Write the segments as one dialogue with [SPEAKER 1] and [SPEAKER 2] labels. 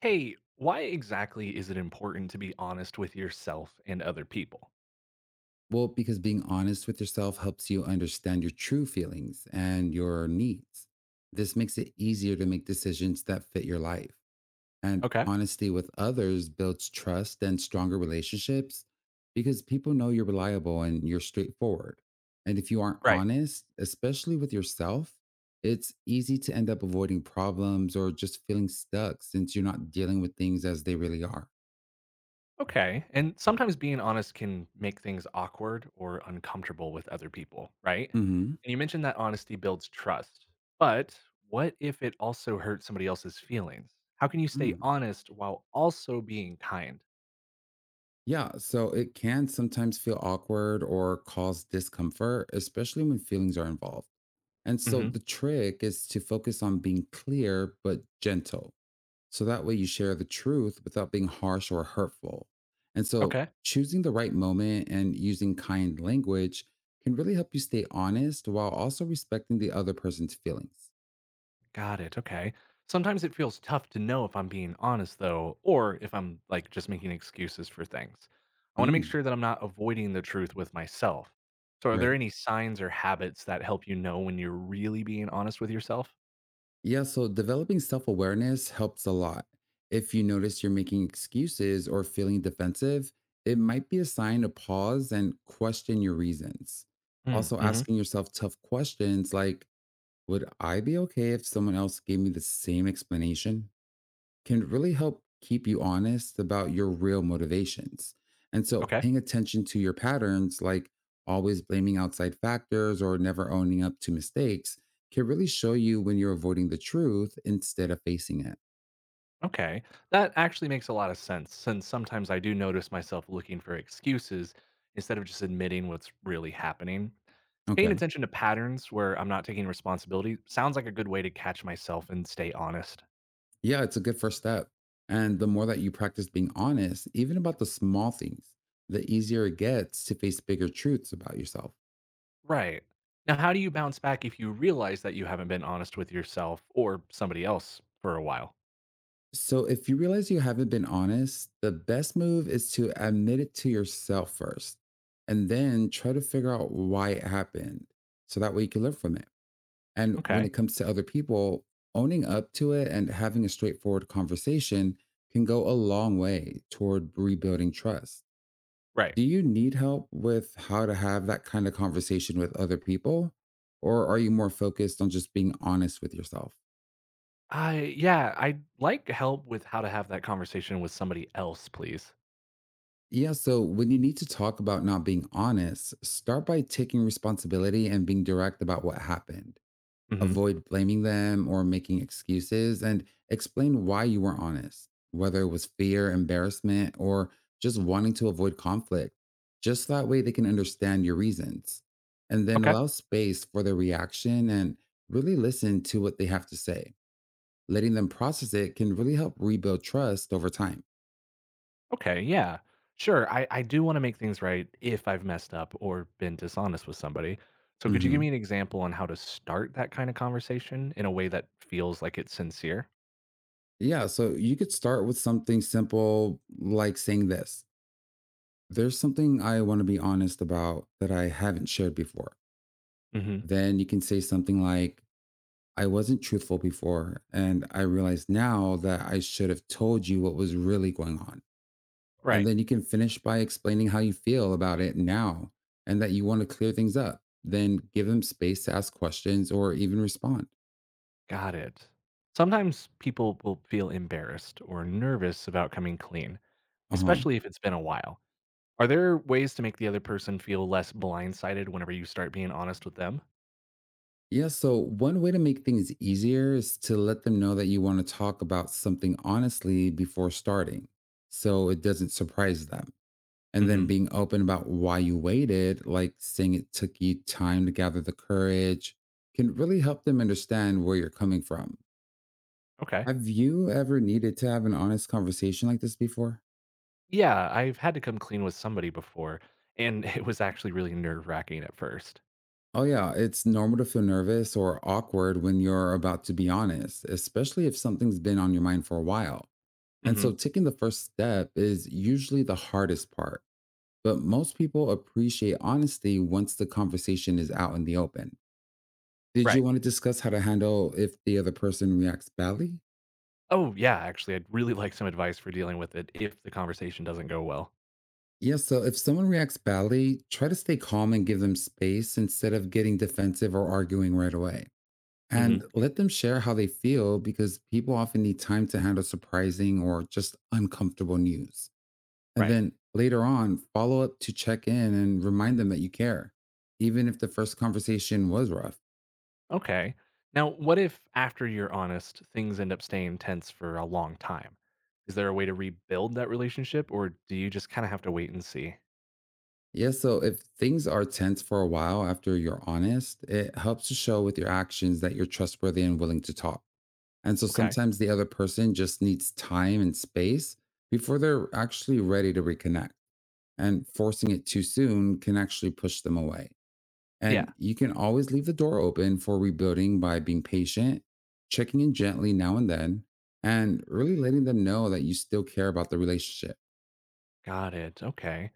[SPEAKER 1] Hey, why exactly is it important to be honest with yourself and other people?
[SPEAKER 2] Well, because being honest with yourself helps you understand your true feelings and your needs. This makes it easier to make decisions that fit your life. And
[SPEAKER 1] Okay.
[SPEAKER 2] honesty with others builds trust and stronger relationships because people know you're reliable and you're straightforward. And if you aren't
[SPEAKER 1] Right.
[SPEAKER 2] honest, especially with yourself, it's easy to end up avoiding problems or just feeling stuck since you're not dealing with things as they really are.
[SPEAKER 1] Okay. And sometimes being honest can make things awkward or uncomfortable with other people, right?
[SPEAKER 2] Hmm.
[SPEAKER 1] And you mentioned that honesty builds trust. But what if it also hurts somebody else's feelings? How can you stay honest while also being kind?
[SPEAKER 2] Yeah, so it can sometimes feel awkward or cause discomfort, especially when feelings are involved. And so
[SPEAKER 1] Hmm.
[SPEAKER 2] the trick is to focus on being clear but gentle. So that way you share the truth without being harsh or hurtful. And so
[SPEAKER 1] Okay.
[SPEAKER 2] choosing the right moment and using kind language can really help you stay honest while also respecting the other person's feelings.
[SPEAKER 1] Got it. Okay. Sometimes it feels tough to know if I'm being honest, though, or if I'm like just making excuses for things. I want to make
[SPEAKER 2] Mm,
[SPEAKER 1] sure that I'm not avoiding the truth with myself. So, are there
[SPEAKER 2] right.
[SPEAKER 1] any signs or habits that help you know when you're really being honest with yourself?
[SPEAKER 2] Yeah, so developing self awareness helps a lot. If you notice you're making excuses or feeling defensive, it might be a sign to pause and question your reasons. Also,
[SPEAKER 1] Mm-hmm.
[SPEAKER 2] asking yourself tough questions like, would I be okay if someone else gave me the same explanation? Can really help keep you honest about your real motivations. And so,
[SPEAKER 1] Okay.
[SPEAKER 2] paying attention to your patterns, like always blaming outside factors or never owning up to mistakes, can really show you when you're avoiding the truth instead of facing it.
[SPEAKER 1] Okay. That actually makes a lot of sense, since sometimes I do notice myself looking for excuses instead of just admitting what's really happening. Paying
[SPEAKER 2] Okay.
[SPEAKER 1] attention to patterns where I'm not taking responsibility sounds like a good way to catch myself and stay honest.
[SPEAKER 2] Yeah, it's a good first step. And the more that you practice being honest, even about the small things, the easier it gets to face bigger truths about yourself.
[SPEAKER 1] Right. Now, how do you bounce back if you realize that you haven't been honest with yourself or somebody else for a while?
[SPEAKER 2] So if you realize you haven't been honest, the best move is to admit it to yourself first and then try to figure out why it happened. So that way you can learn from it. And when
[SPEAKER 1] Okay.
[SPEAKER 2] it comes to other people, owning up to it and having a straightforward conversation can go a long way toward rebuilding trust.
[SPEAKER 1] Right.
[SPEAKER 2] Do you need help with how to have that kind of conversation with other people? Or are you more focused on just being honest with yourself?
[SPEAKER 1] I'd like help with how to have that conversation with somebody else, please.
[SPEAKER 2] Yeah, so when you need to talk about not being honest, start by taking responsibility and being direct about what happened.
[SPEAKER 1] Hmm.
[SPEAKER 2] Avoid blaming them or making excuses, and explain why you weren't honest, whether it was fear, embarrassment, or just wanting to avoid conflict. Just that way they can understand your reasons. And then
[SPEAKER 1] Okay.
[SPEAKER 2] allow space for their reaction and really listen to what they have to say. Letting them process it can really help rebuild trust over time.
[SPEAKER 1] Okay. Yeah. Sure. I do want to make things right if I've messed up or been dishonest with somebody. So could you give
[SPEAKER 2] Mhm.
[SPEAKER 1] me an example on how to start that kind of conversation in a way that feels like it's sincere?
[SPEAKER 2] Yeah, so you could start with something simple like saying this: there's something I want to be honest about that I haven't shared before.
[SPEAKER 1] Hmm.
[SPEAKER 2] Then you can say something like, I wasn't truthful before, and I realize now that I should have told you what was really going on. And
[SPEAKER 1] Right.
[SPEAKER 2] then you can finish by explaining how you feel about it now and that you want to clear things up. Then give them space to ask questions or even respond.
[SPEAKER 1] Got it. Sometimes people will feel embarrassed or nervous about coming clean,
[SPEAKER 2] Uh huh.
[SPEAKER 1] especially if it's been a while. Are there ways to make the other person feel less blindsided whenever you start being honest with them?
[SPEAKER 2] Yeah, so one way to make things easier is to let them know that you want to talk about something honestly before starting so it doesn't surprise them. And
[SPEAKER 1] Hmm.
[SPEAKER 2] then being open about why you waited, like saying it took you time to gather the courage, can really help them understand where you're coming from.
[SPEAKER 1] Okay.
[SPEAKER 2] Have you ever needed to have an honest conversation like this before?
[SPEAKER 1] Yeah, I've had to come clean with somebody before, and it was actually really nerve wracking at first.
[SPEAKER 2] Oh, yeah, it's normal to feel nervous or awkward when you're about to be honest, especially if something's been on your mind for a while. And so
[SPEAKER 1] Hmm.
[SPEAKER 2] taking the first step is usually the hardest part, but most people appreciate honesty once the conversation is out in the open. Did you
[SPEAKER 1] Right.
[SPEAKER 2] want to discuss how to handle if the other person reacts badly?
[SPEAKER 1] Oh, yeah, actually, I'd really like some advice for dealing with it if the conversation doesn't go well.
[SPEAKER 2] Yeah. So if someone reacts badly, try to stay calm and give them space instead of getting defensive or arguing right away.
[SPEAKER 1] Hmm.
[SPEAKER 2] And let them share how they feel, because people often need time to handle surprising or just uncomfortable news. And
[SPEAKER 1] Right.
[SPEAKER 2] then later on, follow up to check in and remind them that you care, even if the first conversation was rough.
[SPEAKER 1] Okay. Now, what if after you're honest, things end up staying tense for a long time? Is there a way to rebuild that relationship, or do you just kind of have to wait and see?
[SPEAKER 2] Yeah, so if things are tense for a while after you're honest, it helps to show with your actions that you're trustworthy and willing to talk. And so
[SPEAKER 1] Okay.
[SPEAKER 2] sometimes the other person just needs time and space before they're actually ready to reconnect, and forcing it too soon can actually push them away.
[SPEAKER 1] Yeah.
[SPEAKER 2] And you can always leave the door open for rebuilding by being patient, checking in gently now and then, and really letting them know that you still care about the relationship.
[SPEAKER 1] Got it. Okay.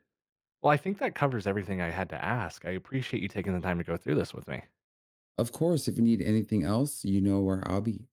[SPEAKER 1] Well, I think that covers everything I had to ask. I appreciate you taking the time to go through this with me.
[SPEAKER 2] Of course, if you need anything else, you know where I'll be.